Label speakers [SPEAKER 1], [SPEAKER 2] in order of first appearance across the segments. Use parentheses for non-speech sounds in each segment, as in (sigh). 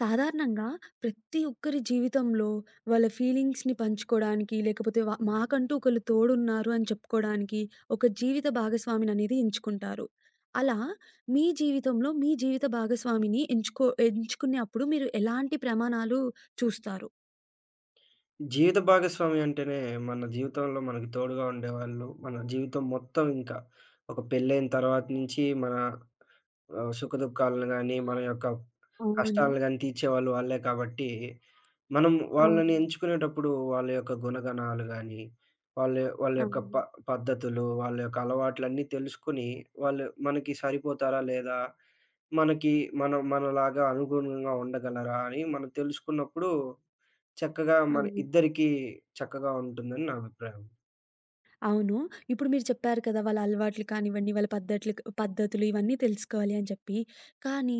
[SPEAKER 1] సాధారణంగా ప్రతి ఒక్కరి జీవితంలో వాళ్ళ ఫీలింగ్స్‌ని పంచుకోడానికి, లేకపోతే మాకంటూ ఒకళ్ళు తోడున్నారు అని చెప్పుకోడానికి ఒక జీవిత భాగస్వామిననేది ఎంచుకుంటారు. అలా మీ జీవితంలో మీ జీవిత భాగస్వామిని ఎంచుకునేప్పుడు మీరు ఎలాంటి ప్రమాణాలు చూస్తారు?
[SPEAKER 2] జీవిత భాగస్వామి అంటేనే మన జీవితంలో మనకు తోడుగా ఉండేవాళ్ళు. మన జీవితం మొత్తం ఇంకా ఒక పెళ్ళైన తర్వాత నుంచి మన సుఖదుఖాలను గాని, మన యొక్క
[SPEAKER 1] అవును.
[SPEAKER 2] కష్టాలను గాని తీర్చేవాళ్ళు వాళ్ళే కాబట్టి, మనం వాళ్ళని
[SPEAKER 1] అవును.
[SPEAKER 2] ఎంచుకునేటప్పుడు వాళ్ళ యొక్క గుణగణాలు గాని, వాళ్ళ వాళ్ళ యొక్క
[SPEAKER 1] అవును.
[SPEAKER 2] పద్ధతులు, వాళ్ళ యొక్క అలవాట్లన్నీ తెలుసుకొని, వాళ్ళు మనకి సరిపోతారా లేదా? మనకి మనం మనలాగా అనుగుణంగా ఉండగలరా? అని మనం తెలుసుకున్నప్పుడు చక్కగా మన
[SPEAKER 1] అవును.
[SPEAKER 2] ఇద్దరికీ చక్కగా ఉంటుందని నా అభిప్రాయం.
[SPEAKER 1] అవును. ఇప్పుడు మీరు చెప్పారు కదా! వాళ్ళ అలవాట్లు కానివ్వండి, వాళ్ళ పద్ధట్లు పద్ధతులు ఇవన్నీ తెలుసుకోవాలి అని చెప్పి. కానీ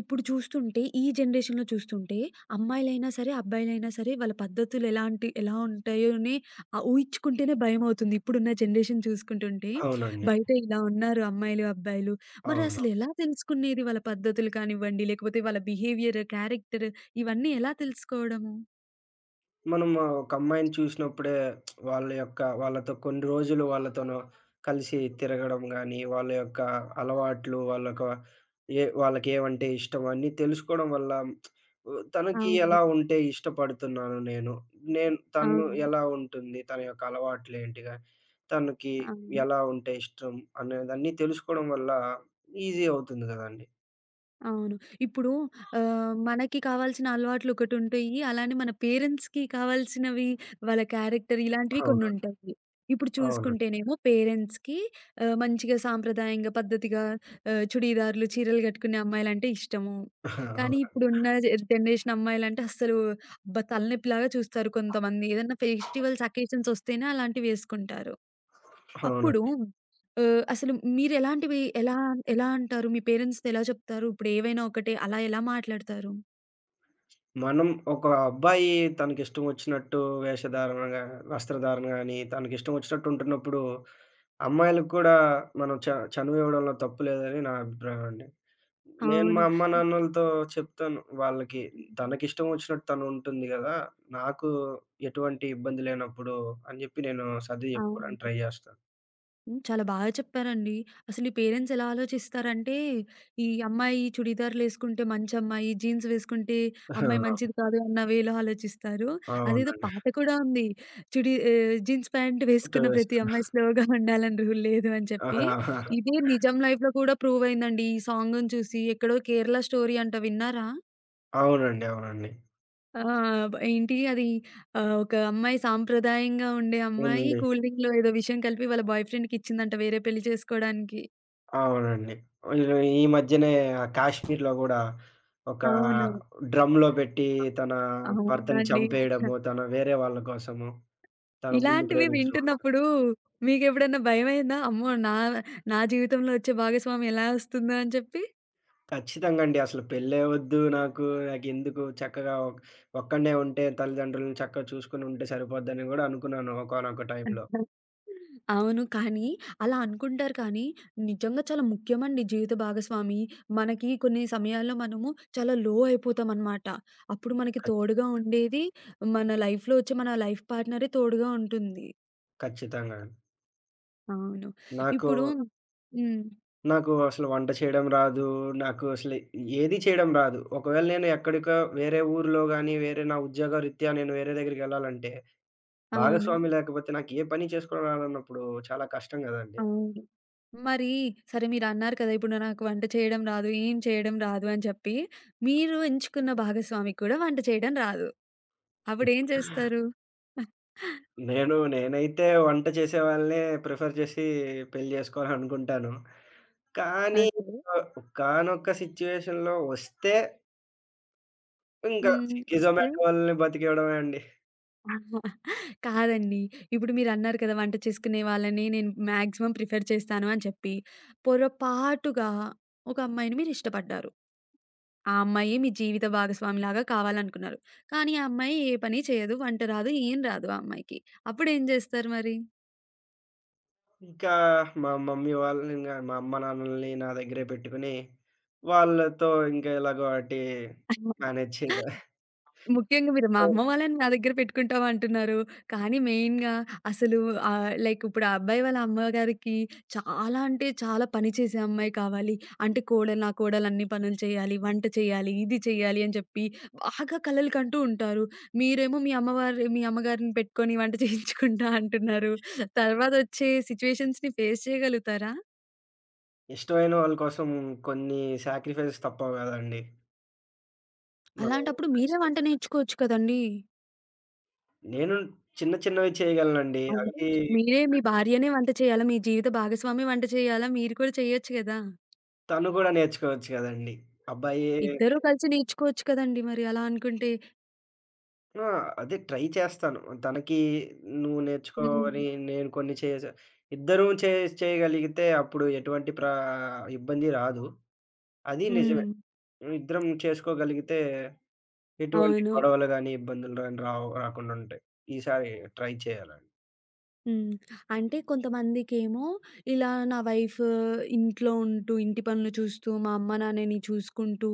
[SPEAKER 1] ఇప్పుడు చూస్తుంటే ఈ జనరేషన్‌లో చూస్తుంటే అమ్మాయిలైనా సరే, అబ్బాయిలైనా సరే వాళ్ళ పద్ధతులు ఎలా ఉంటాయోని ఊహించుకుంటేనే భయమవుతుంది. ఇప్పుడున్న జనరేషన్ చూసుకుంటుంటే.
[SPEAKER 2] అవునండి.
[SPEAKER 1] బయట ఇలా ఉన్నారు అమ్మాయిలు, అబ్బాయిలు. మరి
[SPEAKER 2] అవును.
[SPEAKER 1] అసలు ఎలా తెలుసుకునేది వాళ్ళ పద్ధతులు కానివ్వండి, లేకపోతే వాళ్ళ బిహేవియర్, క్యారెక్టర్ ఇవన్నీ ఎలా తెలుసుకోవడము?
[SPEAKER 2] మనం ఒక అమ్మాయిని చూసినప్పుడే వాళ్ళ యొక్క వాళ్ళతో కొన్ని రోజులు వాళ్ళతోను కలిసి తిరగడం గానీ, వాళ్ళ యొక్క అలవాట్లు, వాళ్ళొక ఏ వాళ్ళకేవంటే ఇష్టం అన్నీ తెలుసుకోవడం వల్ల తనకి
[SPEAKER 1] అవును.
[SPEAKER 2] ఎలా ఉంటే ఇష్టపడుతున్నాను నేను, నేను తను ఎలా
[SPEAKER 1] అవును.
[SPEAKER 2] ఉంటుంది, తన యొక్క అలవాట్లేంటిగా, తనకి
[SPEAKER 1] అవును.
[SPEAKER 2] ఎలా ఉంటే ఇష్టం అనేదన్నీ తెలుసుకోవడం వల్ల ఈజీ అవుతుంది గదండీ!
[SPEAKER 1] అవును. ఇప్పుడు మనకి కావాల్సిన అలవాట్లు ఒకటుంటాయి. అలానే మన పేరెంట్స్‌కి కావాల్సినవి, వాళ్ళ క్యారెక్టర్ ఇలాంటివి
[SPEAKER 2] అవును.
[SPEAKER 1] కొన్నుంటాయి. ఇప్పుడు
[SPEAKER 2] అవునండి.
[SPEAKER 1] చూసుకుంటేనేమో పేరెంట్స్‌కి మంచిగా సాంప్రదాయంగా, పద్ధతిగా చుడీదార్లు, చీరలు కట్టుకునే అమ్మాయిలంటే ఇష్టము.
[SPEAKER 2] (laughs)
[SPEAKER 1] కానీ
[SPEAKER 2] అవును.
[SPEAKER 1] ఇప్పుడున్న జనరేషన్ అమ్మాయిలంటే అస్సలు అబ్బా! తలనొప్పిలాగా చూస్తారు కొంతమంది. ఏదన్నా ఫెస్టివల్స్, అకేషన్స్ ఒస్తేనే అలాంటివేసుకుంటారు. అప్పుడు
[SPEAKER 2] అవునండి.
[SPEAKER 1] అసలు మీరెలాంటివి ఎలా ఎలా అంటారు? మీ పేరెంట్స్‌తో ఎలా చెప్తారు? ఇప్పుడు ఏవైనా ఒకటే అలా ఎలా మాట్లాడతారు?
[SPEAKER 2] మనం ఒక అబ్బాయి తనకిష్టం వచ్చినట్టు వేషధారణ గా వస్త్రధారణ గాని, తనకిష్టం వచ్చినట్టు ఉంటున్నప్పుడు, అమ్మాయిలకు కూడా మనం చనువివ్వడంలో తప్పు లేదని నా అభిప్రాయం అండి. నేను
[SPEAKER 1] అవును.
[SPEAKER 2] మా అమ్మా
[SPEAKER 1] హ్మ్.
[SPEAKER 2] నాన్నలతో చెప్తాను. వాళ్ళకి తనకిష్టం వచ్చినట్టు తను ఉంటుంది గదా! నాకు ఎటువంటి ఇబ్బంది లేనప్పుడు అని జెప్పి నేను సర్ది జెప్పుకోడానికి
[SPEAKER 1] అవును.
[SPEAKER 2] ట్రై జేస్తాను.
[SPEAKER 1] హ్మ్. చాలా బాగా చెప్పారండి. అసలు ఈ పేరెంట్స్ ఎలా ఆలోచిస్తారంటే, ఈ అమ్మాయి చుడీదార్‌లేసుకుంటే మంచమ్మాయి, జీన్స్ వేసుకుంటే
[SPEAKER 2] ఆ!
[SPEAKER 1] అమ్మాయి మంచిది
[SPEAKER 2] (laughs)
[SPEAKER 1] కాదు అన్న వేలో ఆలోచిస్తారు. అదేదో
[SPEAKER 2] అవునండి.
[SPEAKER 1] పాట కూడా ఉంది. జీన్స్ ప్యాంట్ వేసుకున్న ప్రతి అమ్మాయి
[SPEAKER 2] (laughs)
[SPEAKER 1] స్లోగా ఉండాలని రూల్ లేదు అని చెప్పి.
[SPEAKER 2] ఆహా! ఆహా!
[SPEAKER 1] ఇదే నిజం లైఫ్‌లో కూడా ప్రూవ్ అయిందండి. ఈ సాంగుని చూసి ఎక్కడో 'కేరళ స్టోరీ' అంట విన్నారా?
[SPEAKER 2] అవునండి. అవునండి.
[SPEAKER 1] ఆ! ఏంటి అది ఒక అమ్మాయి సాంప్రదాయంగా ఉండే అమ్మాయి
[SPEAKER 2] ఉంది.
[SPEAKER 1] కూల్ డ్రింక్‌లో ఏదో విషయం కలిపి వాళ్ళ బాయ్ ఫ్రెండ్‌కిచ్చిందంట వేరే పెళ్లి చేసుకోవడానికి.
[SPEAKER 2] అవునండి. వీళ్ళు ఈ మధ్యనే ఆ కాశ్మీర్‌లో గూడా ఒక
[SPEAKER 1] అవును.
[SPEAKER 2] డ్రమ్‌లో పెట్టి తన భర్తని
[SPEAKER 1] అవునండి.
[SPEAKER 2] చంపేయడము, తన వేరే వాళ్ళ కోసము, తన ముందు
[SPEAKER 1] ఇలాంటివి
[SPEAKER 2] ప్రేమించిన వాళ్ళ కోసం.
[SPEAKER 1] వింటున్నప్పుడు మీకెప్పుడన్నా భయమైందా? అమ్మో! నా నా జీవితంలో వచ్చే భాగస్వామి ఎలా వస్తుందో అని చెప్పి?
[SPEAKER 2] ఖచ్చితంగా అండి. అసలు పెళ్ళే వద్దు నాకు. నాకెందుకు చక్కగా ఒక్కడినే ఉంటే తల్లిదండ్రులను చక్కగా చూసుకొని ఉంటే సరిపోద్దని గూడా అనుకున్నాను ఒకానొక టైంలో.
[SPEAKER 1] అవును. కానీ అలా అనుకుంటారు కానీ, నిజంగా చాలా ముఖ్యమండి జీవిత భాగస్వామి. మనకి కొన్ని సమయాల్లో మనము చాలా లో అయిపోతామనమాట. అప్పుడు మనకి
[SPEAKER 2] ఖచ్
[SPEAKER 1] తోడుగా ఉండేది మన లైఫ్‌లో వచ్చే మన లైఫ్ పార్ట్నరే తోడుగా ఉంటుంది.
[SPEAKER 2] ఖచ్చితంగా అండి.
[SPEAKER 1] అవును.
[SPEAKER 2] నాకు
[SPEAKER 1] ఇప్పుడు హ్మ్.
[SPEAKER 2] నాకు అసలు వంట చేయడం రాదు. నాకు అసలు ఏది చేయడం రాదు. ఒకవేళ నేను ఎక్కడికో వేరే ఊర్లో గాని, వేరే నా ఉద్యోగరీత్యా నేను వేరే దగ్గరికెళ్ళాలంటే,
[SPEAKER 1] అవును.
[SPEAKER 2] భాగస్వామి లేకపోతే నాకు ఏ పని చేసుకోవడం రాదన్నప్పుడు చాలా కష్టం గదండీ!
[SPEAKER 1] అవును. మరి సరే మీరన్నారు కదా! ఇప్పుడు నాకు వంట చేయడం రాదు, ఏం చేయడం రాదు అని చెప్పి, మీరు ఎంచుకున్న భాగస్వామికి కూడా వంట చేయడం రాదు. అప్పుడేం చేస్తారు?
[SPEAKER 2] నేనైతే వంట చేసేవాళ్ళనే ప్రిఫర్ చేసి పెళ్లి జేసుకోవాలనుకుంటాను. కానీ
[SPEAKER 1] ఓకే.
[SPEAKER 2] ఒకానొక సిట్యుయేషన్‌లో వస్తే ఇంక
[SPEAKER 1] హ్మ్.
[SPEAKER 2] స్విగ్గీ,
[SPEAKER 1] నెక్స్ట్
[SPEAKER 2] జొమాటో వాళ్ళని బతికేయడమే అండి.
[SPEAKER 1] కాదండి. ఇప్పుడు మీరన్నారు కదా! వంట చేసుకునే వాళ్ళని నేను మాక్సిమం ప్రిఫర్ చేస్తాను అని చెప్పి, పొరపాటుగా ఒక అమ్మాయిని మీరిష్టపడ్డారు. ఆ అమ్మాయే మీ జీవిత భాగస్వామిలాగా కావాలనుకున్నారు. కానీ ఆ అమ్మాయి ఏ పని చేయదు, వంట రాదు, ఏం రాదు ఆ అమ్మాయికి. అప్పుడేం చేస్తారు మరి?
[SPEAKER 2] ఇంకా మా మమ్మీ వాళ్ళని, ఇంగ మా అమ్మ, నాన్నలని నా దగ్గరే పెట్టుకొని, వాళ్ళతో ఇంకా ఎలాగో అటే మేనేజ్ చేయాలి.
[SPEAKER 1] ముఖ్యంగా మీరు మా అమ్మ వాళ్ళని నా దగ్గర పెట్టుకుంటావా అంటున్నారు. కానీ మెయిన్‌గా అసలు లైక్ ఇప్పుడు ఆ అబ్బాయి వాళ్ళ అమ్మగారికి చాలా అంటే చాలా పని చేసే అమ్మాయి కావాలి. అంటే నా కోడలు అన్ని పనులు చేయాలి, వంట చేయాలి, ఇది చేయాలి అని చెప్పి బాగా కలలు కంటూ ఉంటారు. మీరేమో మీ అమ్మగారిని పెట్టుకొని వంట చేయించుకుంటా అంటున్నారు. తర్వాతొచ్చే సిట్యుయేషన్స్‌ని ఫేస్ చేయగలుగుతారా?
[SPEAKER 2] ఇష్టమైన వాళ్ళ కోసం కొన్ని సాక్రిఫైసెస్ తప్పవు గదండీ! మనం
[SPEAKER 1] అలాంటప్పుడు మీరే వంట
[SPEAKER 2] ఖచ్చితంగా.
[SPEAKER 1] నేర్చుకోవచ్చు కదండీ!
[SPEAKER 2] నేను చిన్న చిన్నవి చేయగలనండి.
[SPEAKER 1] అవును.
[SPEAKER 2] అవి
[SPEAKER 1] మీ భార్యనే వంట చేయాలా? మీ జీవిత భాగస్వామి వంట చేయాలా? మీరు కూడా చేయొచ్చు గదా!
[SPEAKER 2] తను కూడా నేర్చుకోవచ్చు గదండీ! అబ్బాయి
[SPEAKER 1] ఇద్దరూ కలిసి నేర్చుకోవచ్చు కదండీ! మరి అలా అనుకుంటే.
[SPEAKER 2] ఆ! అదే ట్రై చేస్తాను. తనకి నువ్వు నేర్చుకో
[SPEAKER 1] హ్మ్.
[SPEAKER 2] అని నేను కొన్ని చేసా ఇద్దరం చేయగలిగితే అప్పుడు ఎటువంటి ఇబ్బంది రాదు. అది నిజమే.
[SPEAKER 1] హ్మ్.
[SPEAKER 2] హ్మ్. ఇద్దరం చేసుకోగలిగితే ఎటువంటి
[SPEAKER 1] అవును.
[SPEAKER 2] గొడవలు గాని, ఇబ్బందులు గాని రావు రాకుండా ఉంటాయి. ఈసారి ట్రై చేయాలండి.
[SPEAKER 1] హ్మ్. అంటే కొంతమందికేమో ఇలా నా వైఫ్ ఇంట్లో ఉంటూ, ఇంటి పనులు చూస్తూ, మా అమ్మ నాన్నని చూసుకుంటూ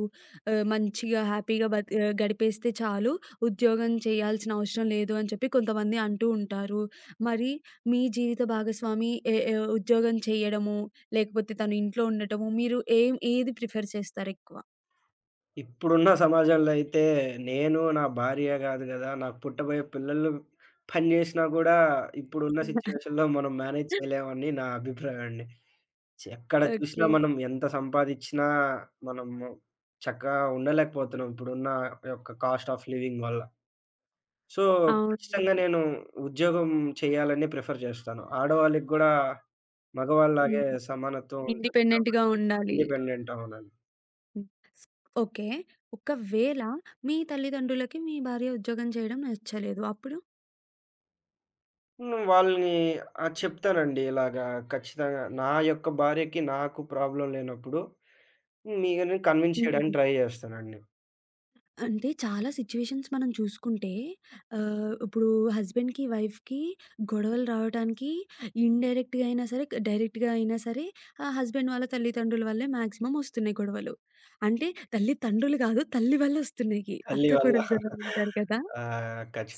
[SPEAKER 1] మంచిగా హ్యాపీగా గడిపేస్తే చాలు. ఉద్యోగం చేయాల్సిన అవసరం లేదు అని చెప్పి కొంతమంది అంటూ ఉంటారు. మరి మీ జీవిత భాగస్వామి ఎ ఎ ఉద్యోగం చేయడము, లేకపోతే తను ఇంట్లో ఉండటము, మీరు ఏది ప్రిఫర్ చేస్తారెక్కువ?
[SPEAKER 2] ఇప్పుడున్న సమాజంలో అయితే నేను, నా భార్య గాదు గదా! నాకు పుట్టబోయే పిల్లలు పని జేసినా గూడా ఇప్పుడున్న
[SPEAKER 1] (laughs)
[SPEAKER 2] సిట్యుయేషన్‌లో మనం మేనేజ్ చేయలేమని నా అభిప్రాయం అండి. ఎక్కడ చూసినా
[SPEAKER 1] ఓకే.
[SPEAKER 2] మనం ఎంత సంపాదిచ్చినా మనము చక్కగా ఉండలేకపోతున్నాం. ఇప్పుడున్న యొక్క కాస్ట్ ఆఫ్ లివింగ్ వల్ల. సో,
[SPEAKER 1] అవును.
[SPEAKER 2] ఖచ్చితంగా నేను ఉద్యోగం చేయాలని ప్రిఫర్ జేస్తాను. ఆడవాళ్ళకి గూడా మగవాళ్ళలాగే
[SPEAKER 1] హ్మ్.
[SPEAKER 2] సమానత్వం ఉంటుంది
[SPEAKER 1] ఇండిపెండెంట్‌గా
[SPEAKER 2] కాబట్టి
[SPEAKER 1] ఉండాలి.
[SPEAKER 2] ఇండిపెండెంట్ అవునండి.
[SPEAKER 1] హ్మ్. స్ ఓకే. ఒకవేళ మీ తల్లిదండ్రులకి మీ భార్య ఉద్యోగం చేయడం నచ్చలేదు. అప్పుడు?
[SPEAKER 2] హ్మ్. వాళ్ళని చెప్తానండి ఇలాగా ఖచ్చితంగా నా యొక్క భార్యకి నాకు ప్రాబ్లమ్ లేనప్పుడు మీరని కన్విన్స్
[SPEAKER 1] హ్మ్.
[SPEAKER 2] చేయడానికి ట్రై చేస్తానండి.
[SPEAKER 1] అంటే చాలా సిట్యుయేషన్స్ మనం చూసుకుంటే ఇప్పుడు హస్బెండ్‌కి, వైఫ్‌కి గొడవలు రావటానికి ఇండైరెక్ట్‌గా అయినా సరే, డైరెక్ట్‌గా అయినా సరే హస్బెండ్ వాళ్ళ తల్లిదండ్రుల వల్లే మాక్సిమం ఒస్తున్నాయి గొడవలు. అంటే తల్లితండ్రులు కాదు, తల్లి వల్ల ఒస్తున్నాయి. అత్త
[SPEAKER 2] తల్లి వల్ల.
[SPEAKER 1] కోడలు గొడవలు అంటారు కదా!
[SPEAKER 2] ఆ!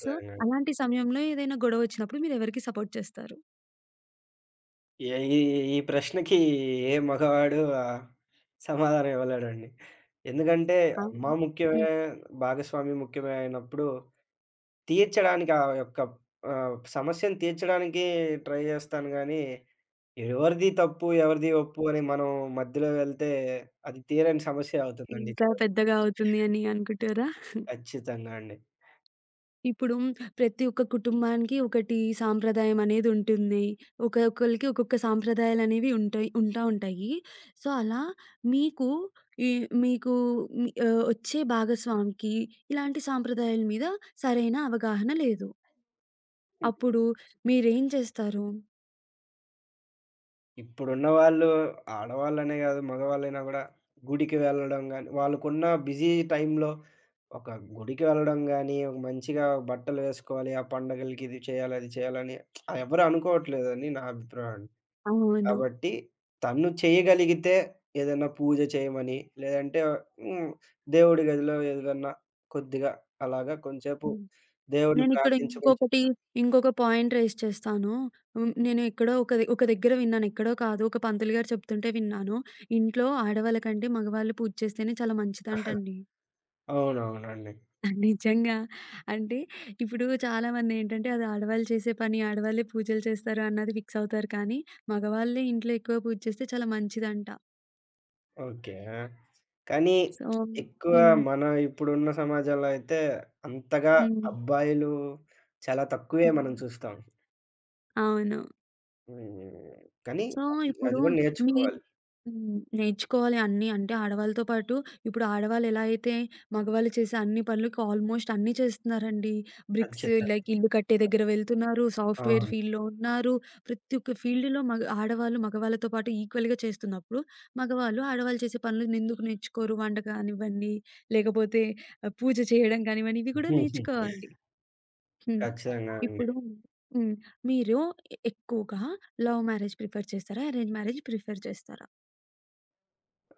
[SPEAKER 1] సో, అలాంటి సమయంలో ఏదైనా గొడవ ఒచ్చినప్పుడు మీరెవరికి సపోర్ట్ చేస్తారు?
[SPEAKER 2] ఏ ఈ ఈ ప్రశ్నకి ఏ మగవాడు సమాధానం ఇవ్వలేడండి. ఎందుకంటే అమ్మ
[SPEAKER 1] అవును.
[SPEAKER 2] ముఖ్యమే, భాగస్వామి ముఖ్యమే అయినప్పుడు తీర్చడానికి ఆ యొక్క సమస్యను తీర్చడానికి ట్రై చేస్తాను గానీ ఎవరిది తప్పు, ఎవరిది ఒప్పు అని మనం మధ్యలో వెళ్తే అది తీరని సమస్య అవుతుందండి
[SPEAKER 1] ఇంకా
[SPEAKER 2] చివరికి.
[SPEAKER 1] పెద్దగా అవుతుంది అని అనుకుంటారా?
[SPEAKER 2] ఖచ్చితంగా అండి.
[SPEAKER 1] ఇప్పుడు ప్రతి ఒక్క కుటుంబానికి ఒకటి సాంప్రదాయం అనేది ఉంటుంది. ఒక్కొక్కళ్ళకి ఒక్కొక్క సాంప్రదాయాలనేవి ఉంటాయి. సో, అలా మీకు ఈ మీకు మీ వచ్చే భాగస్వామికి ఇలాంటి సాంప్రదాయాల మీద సరైన అవగాహన లేదు. అప్పుడు మీరేం చేస్తారు?
[SPEAKER 2] ఇప్పుడున్న వాళ్ళు ఆడవాళ్ళనే గాదు మగవాళ్ళైనా గూడా గుడికి వెళ్ళడం గాని, వాళ్ళకున్న బిజీ టైంలో ఒక గుడికి వెళ్ళడం గాని, ఒక మంచిగా బట్టలు వేసుకోవాలి, ఆ పండగలకి ఇది చేయాలి, అది చేయాలని ఎవరు అనుకోవట్లేదని నా అభిప్రాయం అండి.
[SPEAKER 1] అవును.
[SPEAKER 2] కాబట్టి తను చేయగలిగితే ఏదైనా పూజ చేయమని, లేదంటే హ్మ్. దేవుడి గదిలో ఏదన్నా కొద్దిగా అలాగా కొంచేపు
[SPEAKER 1] హ్మ్.
[SPEAKER 2] దేవుడిని
[SPEAKER 1] నేనిక్కడ
[SPEAKER 2] ప్రార్థించమని
[SPEAKER 1] ఇంకొకటి,
[SPEAKER 2] చెప్తాను.
[SPEAKER 1] ఇంకొక పాయింట్ రైజ్ చేస్తాను. హ్మ్. నేను ఎక్కడో ఒక దగ్గర విన్నాను. ఎక్కడో కాదు. ఒక పంతులు గారు చెప్తుంటే విన్నాను. ఇంట్లో ఆడవాళ్ళ కంటే మగవాళ్ళు పూజ చేస్తేనే చాలా మంచిదంటండి.
[SPEAKER 2] అవునవునండి.
[SPEAKER 1] (laughs) నిజంగా. అంటే ఇప్పుడు చాలామందేంటంటే అది ఆడవాళ్ళు చేసే పని, ఆడవాళ్ళే పూజలు చేస్తారు అన్నది ఫిక్స్ అవుతారు. కానీ మగవాళ్ళే ఇంట్లో ఎక్కువ పూజ చేస్తే చాలా మంచిదంట.
[SPEAKER 2] ఓకే. కానీ
[SPEAKER 1] సో
[SPEAKER 2] ఎక్కువ
[SPEAKER 1] హ్మ్.
[SPEAKER 2] మన ఇప్పుడున్న సమాజంలో అయితే అంతగా
[SPEAKER 1] హ్మ్.
[SPEAKER 2] అబ్బాయిలు చాలా తక్కువే మనం
[SPEAKER 1] హ్మ్.
[SPEAKER 2] చూస్తాం.
[SPEAKER 1] అవును.
[SPEAKER 2] హ్మ్. కానీ
[SPEAKER 1] సో,
[SPEAKER 2] అది
[SPEAKER 1] ఇప్పుడు
[SPEAKER 2] అది గూడా
[SPEAKER 1] మీ
[SPEAKER 2] నేర్చుకోవాలి.
[SPEAKER 1] హ్మ్. నేర్చుకోవాలి అన్నీ అంటే ఆడవాళ్ళతో పాటు ఇప్పుడు ఆడవాళ్ళు ఎలా అయితే మగవాళ్ళు చేసే అన్ని పనులకి ఆల్మోస్ట్ అన్నీ చేస్తున్నారండి. బ్రిక్స్
[SPEAKER 2] ఖచ్చితంగా.
[SPEAKER 1] లైక్ ఇల్లు కట్టే దగ్గర వెళ్తున్నారు. సాఫ్ట్‌వేర్
[SPEAKER 2] అవును.
[SPEAKER 1] ఫీల్డ్‌లో ఉన్నారు. ప్రతి ఒక్క ఫీల్డ్‌లో ఆడవాళ్ళు మగవాళ్ళతో పాటు ఈక్వల్‌గా చేస్తున్నప్పుడు మగవాళ్ళు ఆడవాళ్ళు చేసే పనులు ఎందుకు నేర్చుకోరు? వంట కానివ్వండి, లేకపోతే పూజ చేయడం కానివ్వండి, ఇవి కూడా
[SPEAKER 2] (laughs)
[SPEAKER 1] నేర్చుకోవాలి. హ్మ్.
[SPEAKER 2] ఖచ్చితంగా అండి.
[SPEAKER 1] ఇప్పుడు హ్మ్. మీరు ఎక్కువగా లవ్ మ్యారేజ్ ప్రిఫర్ చేస్తారా? అరేంజ్ మ్యారేజ్ ప్రిఫర్ చేస్తారా?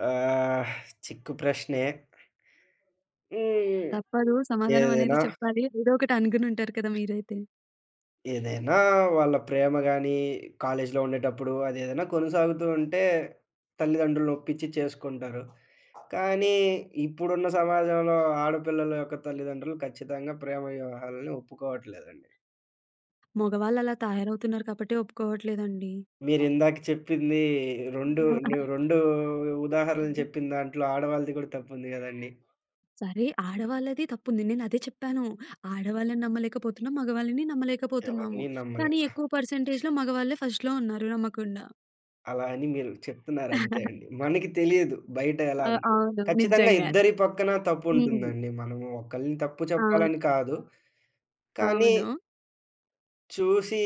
[SPEAKER 2] ఆహ్, చిక్కు ప్రశ్నే. హ్మ్.
[SPEAKER 1] తప్పదు సమాధానం అనేది
[SPEAKER 2] ఏదైనా,
[SPEAKER 1] చెప్పాలి. ఏదో ఒకటి అనుకుని ఉంటారు కదా మీరైతే.
[SPEAKER 2] ఏదైనా వాళ్ళ ప్రేమ గాని, కాలేజీలో ఉండేటప్పుడు అదేదైనా కొనసాగుతూ ఉంటే, తల్లిదండ్రులను ఒప్పించి చేసుకుంటారు. కానీ ఇప్పుడున్న సమాజంలో ఆడపిల్లల యొక్క తల్లిదండ్రులు ఖచ్చితంగా ప్రేమ వివాహాలని ఒప్పుకోవట్లేదండి.
[SPEAKER 1] మగవాళ్ళు అలా తయారవుతున్నారు కాబట్టి ఒప్పుకోవట్లేదండి.
[SPEAKER 2] మీరిందాక చెప్పింది 2
[SPEAKER 1] (laughs)
[SPEAKER 2] 2 ఉదాహరణలు చెప్పిన దాంట్లో ఆడవాళ్ళది కూడా తప్పుంది గదండీ!
[SPEAKER 1] సరే ఆడవాళ్ళది తప్పుంది. నేను అదే చెప్పాను. ఆడవాళ్ళని నమ్మలేకపోతున్నాం. మగవాళ్ళని నమ్మలేకపోతున్నాము.
[SPEAKER 2] ఎవరిని నమ్మలేం.
[SPEAKER 1] కానీ ఎక్కువ పర్సెంటేజ్‌లో మగవాళ్ళే ఫస్ట్‌లో ఉన్నారు నమ్మకుండా.
[SPEAKER 2] అలా అని మీరు చెప్తున్నారు అంతే అండి.
[SPEAKER 1] (laughs)
[SPEAKER 2] మనకి తెలియదు బయట ఎలా
[SPEAKER 1] ఆ!
[SPEAKER 2] ఉంది.
[SPEAKER 1] అవును.
[SPEAKER 2] ఖచ్చితంగా
[SPEAKER 1] నిజంగానే.
[SPEAKER 2] ఇద్దరి పక్కన
[SPEAKER 1] హ్మ్.
[SPEAKER 2] తప్పుంటుందండి. మనము ఒకళ్ళని తప్పు
[SPEAKER 1] అవును.
[SPEAKER 2] చెప్పాలని కాదు. కానీ
[SPEAKER 1] అవును.
[SPEAKER 2] చూసి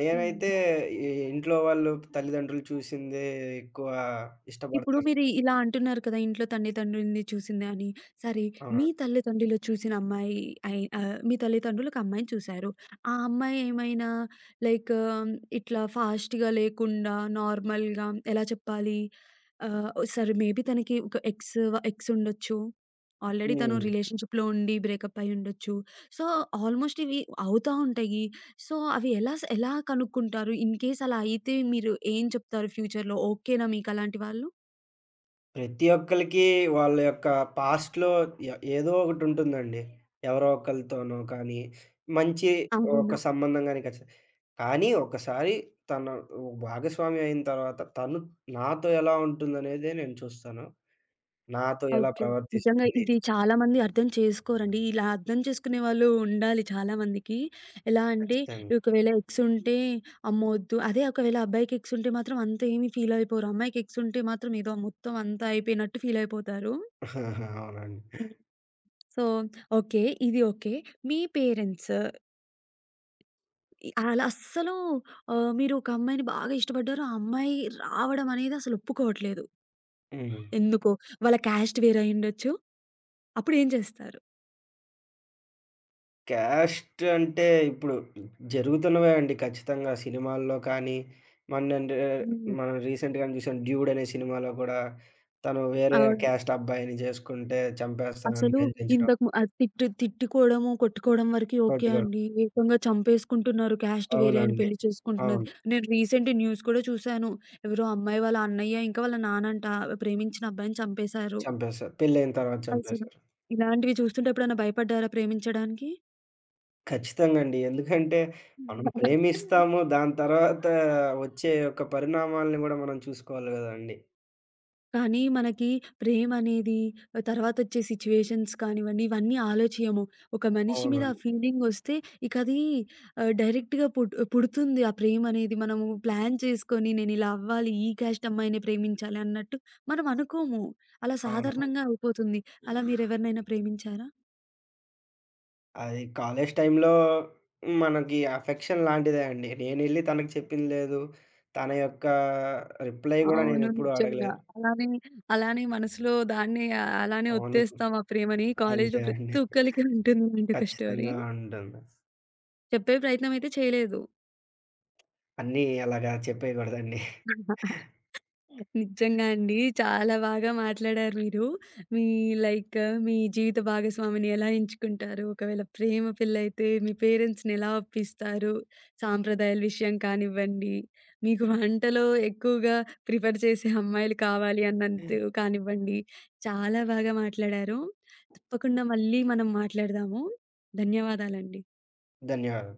[SPEAKER 2] నేనైతే
[SPEAKER 1] హ్మ్.
[SPEAKER 2] ఈ ఇంట్లో వాళ్ళు, తల్లిదండ్రులు చూసిందే ఎక్కువ
[SPEAKER 1] ఇప్పుడు
[SPEAKER 2] ఇష్టపడతాను.
[SPEAKER 1] మీరు ఇలా అంటున్నారు కదా! ఇంట్లో తల్లిదండ్రులని చూసింది అని. సరే
[SPEAKER 2] ఆ!
[SPEAKER 1] మీ తల్లిదండ్రులు చూసిన అమ్మాయి మీ తల్లిదండ్రులకు అమ్మాయిని చూసారు. ఆ అమ్మాయి ఏమైనా లైక్ ఇట్లా ఫాస్ట్‌గా లేకుండా నార్మల్‌గా ఎలా చెప్పాలి? ఆహ్, సరే మేబీ తనకి ఒక ఎక్స్ ఎక్స్ ఉండొచ్చు. ఆల్రెడీ తను
[SPEAKER 2] హ్మ్.
[SPEAKER 1] రిలేషన్‌షిప్‌లో ఉండి బ్రేకప్ అయ్యి ఉండొచ్చు. సో, ఆల్మోస్ట్ ఇవి అవుతా ఉంటాయి. సో, అవి ఎలా ఎలా కనుక్కుంటారు? ఇన్‌కేస్ అలా అయితే మీరు ఏం చెప్తారు ఫ్యూచర్‌లో ఓకేనా మీకు అలాంటి వాళ్ళు?
[SPEAKER 2] ప్రతి ఒక్కళ్ళకి వాళ్ళ యొక్క పాస్ట్‌లో ఎ ఏదో ఒకటుంటుందండి. ఎవరో ఒకళ్ళతోనో కానీ, మంచి
[SPEAKER 1] అవును.
[SPEAKER 2] ఒక సంబంధం గాని ఖచ్చిత కానీ ఒకసారి తన భాగస్వామి అయిన తర్వాత తను నాతో ఎలా ఉంటుందనేదే నేను చూస్తాను. నాతో ఎలా
[SPEAKER 1] ఓకే. నిజంగా
[SPEAKER 2] ప్రవర్తిస్తుంది
[SPEAKER 1] ఇది చాలామంది అర్థం చేసుకోరండి. ఇలా అర్థం చేసుకునే వాళ్ళు ఉండాలి చాలామందికి. ఎలా అంటే
[SPEAKER 2] ఖచ్చితంగా.
[SPEAKER 1] ఒకవేళ ఎక్స్ ఉంటే అమ్మో! వద్దు. అదే ఒకవేళ అబ్బాయికి ఎక్స్ ఉంటే మాత్రం అంత ఏమి ఫీల్ అయిపోరు. అమ్మాయికి ఎక్స్ ఉంటే మాత్రం ఏదో మొత్తం అంతా అయిపోయినట్టు ఫీల్ అయిపోతారు.
[SPEAKER 2] (laughs) అవునండి.
[SPEAKER 1] హ్మ్. So, okay. ఇది ఓకే. మీ పేరెంట్స్ అలా అస్సలు మీరు ఒక అమ్మాయిని బాగా ఇష్టపడ్డారు. ఆ అమ్మాయి రావడం అనేది అసలు ఒప్పుకోవట్లేదు.
[SPEAKER 2] హ్మ్.
[SPEAKER 1] ఎందుకో వాళ్ళ క్యాస్ట్ వేరే అయ్యుండొచ్చు. అప్పుడు ఏం చేస్తారు?
[SPEAKER 2] క్యాస్ట్ అంటే ఇప్పుడు జరుగుతున్నవే అండి ఖచ్చితంగా. సినిమాల్లో కానీ, మన్నంటే
[SPEAKER 1] హ్మ్.
[SPEAKER 2] మనం రీసెంట్‌గానే చూసాం 'డ్యూడ్' అనే సినిమాలో కూడా తను వేరే
[SPEAKER 1] అవును.
[SPEAKER 2] క్యాస్ట్ అబ్బాయిని చేసుకుంటే చంపేస్తానని
[SPEAKER 1] అసలు
[SPEAKER 2] బెదిరించడం.
[SPEAKER 1] ఇంతకు ము ఆహ్, తిట్టు తిట్టుకోవడము, కొట్టుకోవడం వరకి ఓకే
[SPEAKER 2] కొట్టుకోవడం.
[SPEAKER 1] అండి. ఏకంగా చంపేసుకుంటున్నారు. క్యాస్ట్ వేరే అని
[SPEAKER 2] అవునండి.
[SPEAKER 1] పెళ్లి చేసుకుంటున్నది.
[SPEAKER 2] అవును.
[SPEAKER 1] నేను రీసెంట్ న్యూస్ కూడా చూసాను. ఎవరో అమ్మాయి వాళ్ళ అన్నయ్య, ఇంకా వాళ్ళ నాన్నంట ప్రేమించిన అబ్బాయిని చంపేశారు.
[SPEAKER 2] చంపేశారు. పెళ్లయిన తర్వాత
[SPEAKER 1] అసలు
[SPEAKER 2] చంపేశారు.
[SPEAKER 1] ఇలాంటివి చూస్తుంటే ఎప్పుడైనా భయపడ్డారా ప్రేమించడానికి?
[SPEAKER 2] ఖచ్చితంగా అండి. ఎందుకంటే మనం
[SPEAKER 1] (laughs)
[SPEAKER 2] ప్రేమిస్తాము. దాని తర్వాత వచ్చే యొక్క పరిణామాల్ని గూడా మనం చూసుకోవాలి గదండీ!
[SPEAKER 1] కానీ మనకి ప్రేమనేది తర్వాతొచ్చే సిచ్యుయేషన్స్ కానివ్వండి, ఇవన్నీ ఆలోచియము. ఒక మనిషి మీద ఆ
[SPEAKER 2] అవునండి.
[SPEAKER 1] ఫీలింగొస్తే ఇకది డైరెక్ట్‌గా పుడుతుంది ఆ ప్రేమనేది. మనము ప్లాన్ చేసుకొని నేనిలా అవ్వాలి, ఈ క్యాస్ట్ అమ్మాయినే ప్రేమించాలి అన్నట్టు మనం అనుకోము. అలా
[SPEAKER 2] అవును.
[SPEAKER 1] సాధారణంగా అయిపోతుంది. అలా మీరెవరినైనా ప్రేమించారా?
[SPEAKER 2] అది కాలేజ్ టైంలో మనకి అఫెక్షన్ లాంటిదే అండి. నేనెళ్లి తనకి చెప్పింది లేదు. తన యొక్క రిప్లై గూడా
[SPEAKER 1] అవును.
[SPEAKER 2] నేనెప్పుడూ
[SPEAKER 1] నిజంగా.
[SPEAKER 2] అడగలేదు.
[SPEAKER 1] అలానే, మనసులో దాన్నే అలానే
[SPEAKER 2] అవును.
[SPEAKER 1] ఒత్తేస్తాం ఆ ప్రేమని. కాలేజీలో
[SPEAKER 2] అంతే అండి.
[SPEAKER 1] ప్రతి ఒక్కళ్ళకి ఉంటుంది ఇలాంటి ఒక స్టోరీ.
[SPEAKER 2] ఖచ్చితంగా ఉంటుంది.
[SPEAKER 1] చెప్పే ప్రయత్నం అయితే చేయలేదు.
[SPEAKER 2] అన్నీ అలాగా చెప్పేయకూడదండి.
[SPEAKER 1] నిజంగా అండి. చాలా బాగా మాట్లాడారు మీరు. మీ లైక్ మీ జీవిత భాగస్వామిని ఎలా ఎంచుకుంటారు? ఒకవేళ ప్రేమ పెళ్లయితే మీ పేరెంట్స్‌ని ఎలా ఒప్పిస్తారు? సాంప్రదాయాల విషయం కానివ్వండి, మీకు వంటలో ఎక్కువగా ప్రిఫర్ చేసే అమ్మాయిలు కావాలి అన్నందు కానివ్వండి, చాలా బాగా మాట్లాడారు. తప్పకుండా మళ్ళీ మనం మాట్లాడదాము. ధన్యవాదాలండి.
[SPEAKER 2] ధన్యవాదాలు.